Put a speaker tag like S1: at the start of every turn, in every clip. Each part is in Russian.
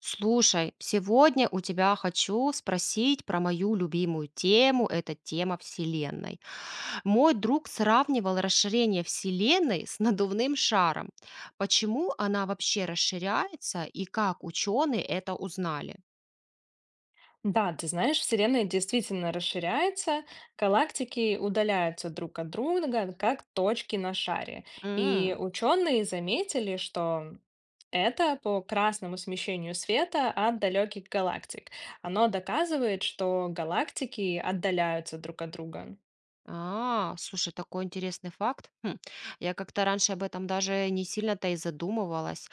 S1: Слушай, сегодня у тебя хочу спросить про мою любимую тему, это тема Вселенной. Мой друг сравнивал расширение Вселенной с надувным шаром. Почему она вообще расширяется и как ученые это узнали?
S2: Да, ты знаешь, Вселенная действительно расширяется, галактики удаляются друг от друга, как точки на шаре. И
S1: М.
S2: ученые заметили, что это по красному смещению света от далеких галактик. Оно доказывает, что галактики отдаляются друг от друга.
S1: А, слушай, такой интересный факт. Я как-то раньше об этом даже не сильно-то и задумывалась.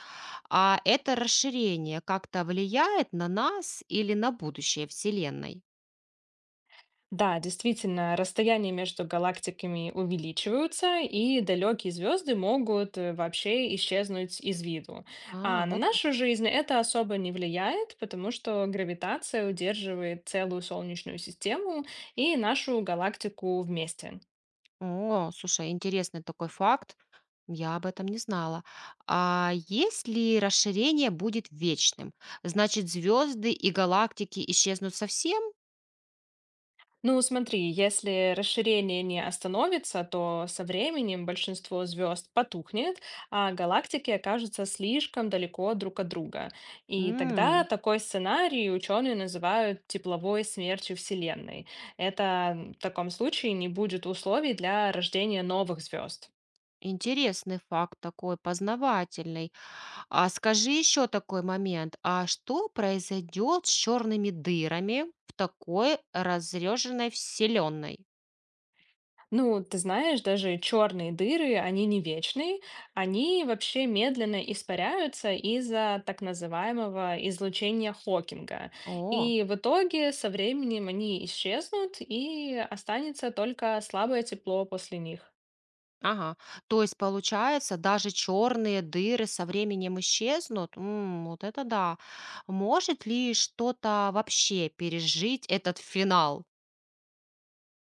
S1: А это расширение как-то влияет на нас или на будущее Вселенной?
S2: Да, действительно, расстояния между галактиками увеличиваются, и далекие звезды могут вообще исчезнуть из виду. А
S1: А,
S2: на
S1: вот
S2: нашу
S1: как.
S2: жизнь это особо не влияет, потому что гравитация удерживает целую Солнечную систему и нашу галактику вместе.
S1: О, слушай, интересный такой факт. Я об этом не знала. А если расширение будет вечным, значит, звезды и галактики исчезнут совсем?
S2: Ну, смотри, если расширение не остановится, то со временем большинство звезд потухнет, а галактики окажутся слишком далеко друг от друга. И тогда
S1: М,
S2: такой сценарий ученые называют тепловой смертью Вселенной. Это в таком случае не будет условий для рождения новых звезд.
S1: интересный факт такой, познавательный. А скажи еще такой момент. А что произойдет с черными дырами в такой разреженной вселенной?
S2: Ну, ты знаешь, даже черные дыры, они не вечные, они вообще медленно испаряются из-за так называемого излучения Хокинга.
S1: О.
S2: И в итоге со временем они исчезнут, и останется только слабое тепло после них.
S1: Ага. То есть, получается, даже черные дыры со временем исчезнут? М, вот это да. Может ли что-то вообще пережить этот финал?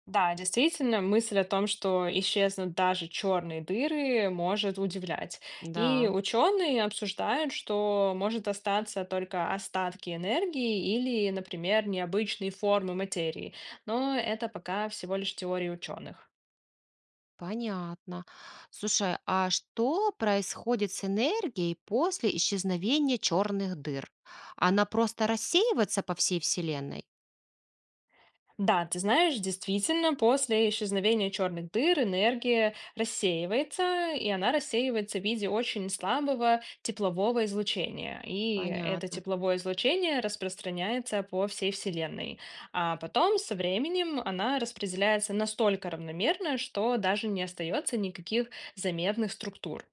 S2: Да, действительно, мысль о том, что исчезнут даже черные дыры, может удивлять. И
S1: Да,
S2: ученые обсуждают, что может остаться только остатки энергии или, например, необычные формы материи. Но это пока всего лишь теории ученых.
S1: понятно. Слушай, а что происходит с энергией после исчезновения черных дыр? Она просто рассеивается по всей Вселенной?
S2: Да, ты знаешь, действительно, после исчезновения черных дыр энергия рассеивается, и она рассеивается в виде очень слабого теплового излучения. И это
S1: Понятно.
S2: тепловое излучение распространяется по всей Вселенной. А потом, со временем, она распределяется настолько равномерно, что даже не остается никаких заметных структур.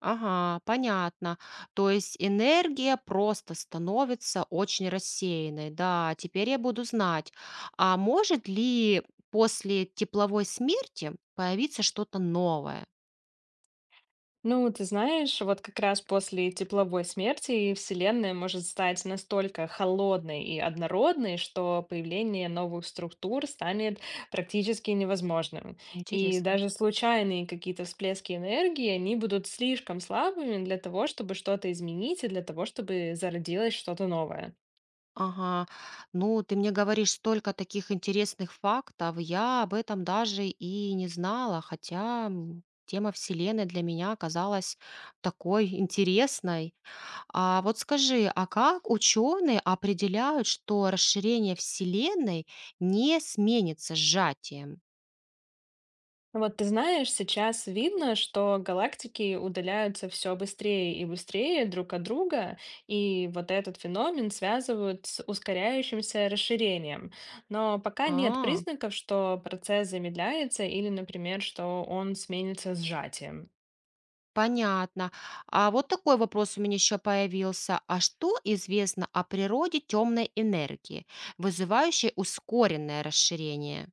S1: Ага, понятно. То есть энергия просто становится очень рассеянной. Да, теперь я буду знать. А может ли после тепловой смерти появиться что-то новое?
S2: Ну, ты знаешь, вот как раз после тепловой смерти Вселенная может стать настолько холодной и однородной, что появление новых структур станет практически невозможным. И
S1: Интересно.
S2: даже случайные какие-то всплески энергии, они будут слишком слабыми для того, чтобы что-то изменить и для того, чтобы зародилось что-то новое.
S1: Ага. Ну, ты мне говоришь столько таких интересных фактов. Я об этом даже и не знала, хотя тема Вселенной для меня оказалась такой интересной. А вот скажи, а как ученые определяют, что расширение Вселенной не сменится сжатием?
S2: Вот ты знаешь, сейчас видно, что галактики удаляются все быстрее и быстрее друг от друга, и вот этот феномен связывают с ускоряющимся расширением. Но пока нет
S1: А,
S2: признаков, что процесс замедляется или, например, что он сменится сжатием.
S1: понятно. А вот такой вопрос у меня еще появился. А что известно о природе темной энергии, вызывающей ускоренное расширение?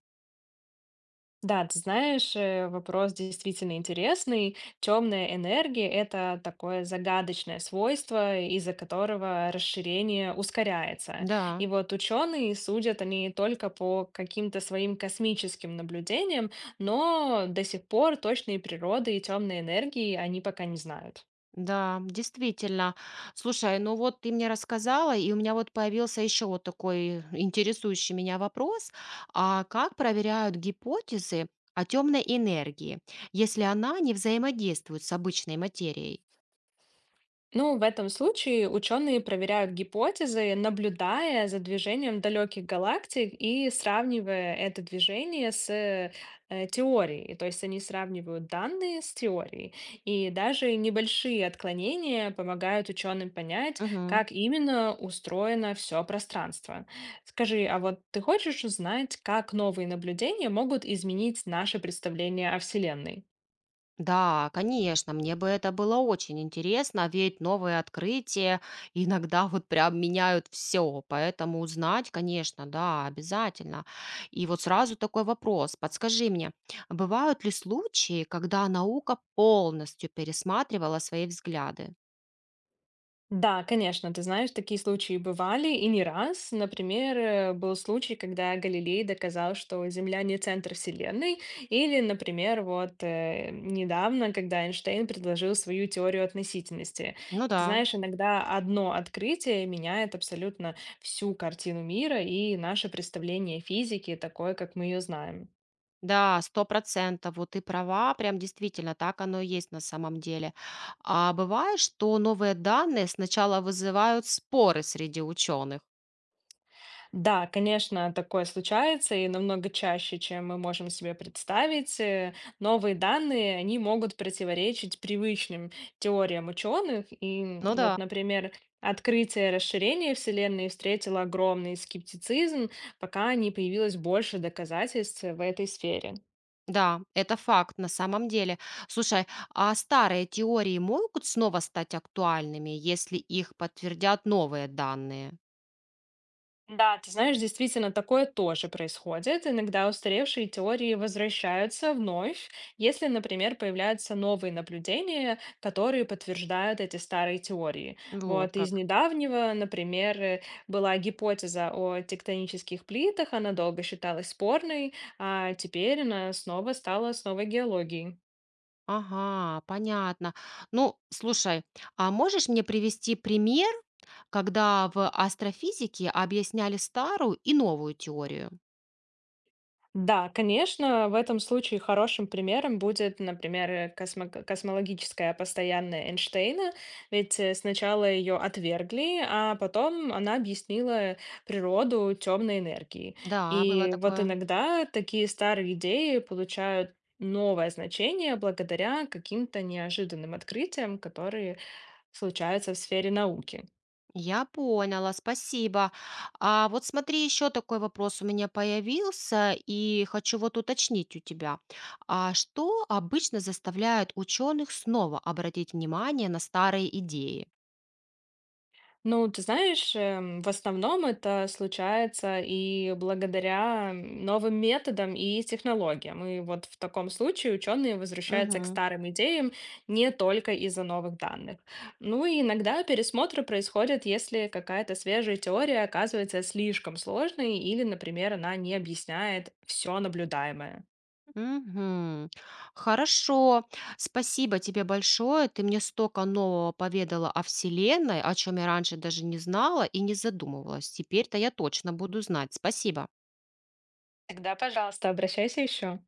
S2: Да, ты знаешь, вопрос действительно интересный. Темная энергия — это такое загадочное свойство, из-за которого расширение ускоряется. И
S1: Да.
S2: вот ученые судят они только по каким-то своим космическим наблюдениям, но до сих пор точные природы и темной энергии они пока не знают.
S1: Да, действительно. Слушай, ну вот ты мне рассказала, и у меня вот появился еще вот такой интересующий меня вопрос. А как проверяют гипотезы о темной энергии, если она не взаимодействует с обычной материей?
S2: Ну, в этом случае ученые проверяют гипотезы, наблюдая за движением далеких галактик и сравнивая это движение с теорией. То есть они сравнивают данные с теорией. И даже небольшие отклонения помогают ученым понять, как именно устроено все пространство. Скажи, а вот ты хочешь узнать, как новые наблюдения могут изменить наше представление о Вселенной?
S1: Да, конечно, мне бы это было очень интересно, ведь новые открытия иногда вот прям меняют все, поэтому узнать, конечно, да, обязательно. И вот сразу такой вопрос, подскажи мне, бывают ли случаи, когда наука полностью пересматривала свои взгляды?
S2: Да, конечно, ты знаешь, такие случаи бывали и не раз. Например, был случай, когда Галилей доказал, что Земля не центр Вселенной, или, например, вот недавно, когда Эйнштейн предложил свою теорию относительности.
S1: Ну
S2: Ты
S1: да,
S2: знаешь, иногда одно открытие меняет абсолютно всю картину мира и наше представление физики, такое, как мы ее знаем.
S1: да, 100%, вот ты права, прям действительно так оно и есть на самом деле. А бывает, что новые данные сначала вызывают споры среди ученых?
S2: Да, конечно, такое случается и намного чаще, чем мы можем себе представить. Новые данные, они могут противоречить привычным теориям ученых. И
S1: Ну
S2: вот,
S1: да.
S2: например, открытие расширения Вселенной встретило огромный скептицизм, пока не появилось больше доказательств в этой сфере.
S1: Да, это факт на самом деле. Слушай, а старые теории могут снова стать актуальными, если их подтвердят новые данные?
S2: Да, ты знаешь, действительно, такое тоже происходит. Иногда устаревшие теории возвращаются вновь, если, например, появляются новые наблюдения, которые подтверждают эти старые теории.
S1: Вот
S2: Вот из
S1: как.
S2: недавнего, например, была гипотеза о тектонических плитах, она долго считалась спорной, а теперь она снова стала основой геологии.
S1: Ага, понятно. Ну, слушай, а можешь мне привести пример, когда в астрофизике объясняли старую и новую теорию?
S2: Да, конечно, в этом случае хорошим примером будет, например, космологическая постоянная Эйнштейна, ведь сначала ее отвергли, а потом она объяснила природу темной энергии.
S1: Да, было
S2: И вот
S1: такое.
S2: иногда такие старые идеи получают новое значение благодаря каким-то неожиданным открытиям, которые случаются в сфере науки.
S1: Я поняла, спасибо. А вот смотри, еще такой вопрос у меня появился, и хочу вот уточнить у тебя. А что обычно заставляет ученых снова обратить внимание на старые идеи?
S2: Ну, ты знаешь, в основном это случается и благодаря новым методам и технологиям. И вот в таком случае ученые возвращаются к
S1: Мгм.
S2: старым идеям не только из-за новых данных. Ну и иногда пересмотры происходят, если какая-то свежая теория оказывается слишком сложной или, например, она не объясняет все наблюдаемое.
S1: Мгм. Хорошо, спасибо тебе большое. Ты мне столько нового поведала о Вселенной, о чем я раньше даже не знала и не задумывалась. Теперь-то я точно буду знать. Спасибо.
S2: Тогда, пожалуйста, обращайся еще.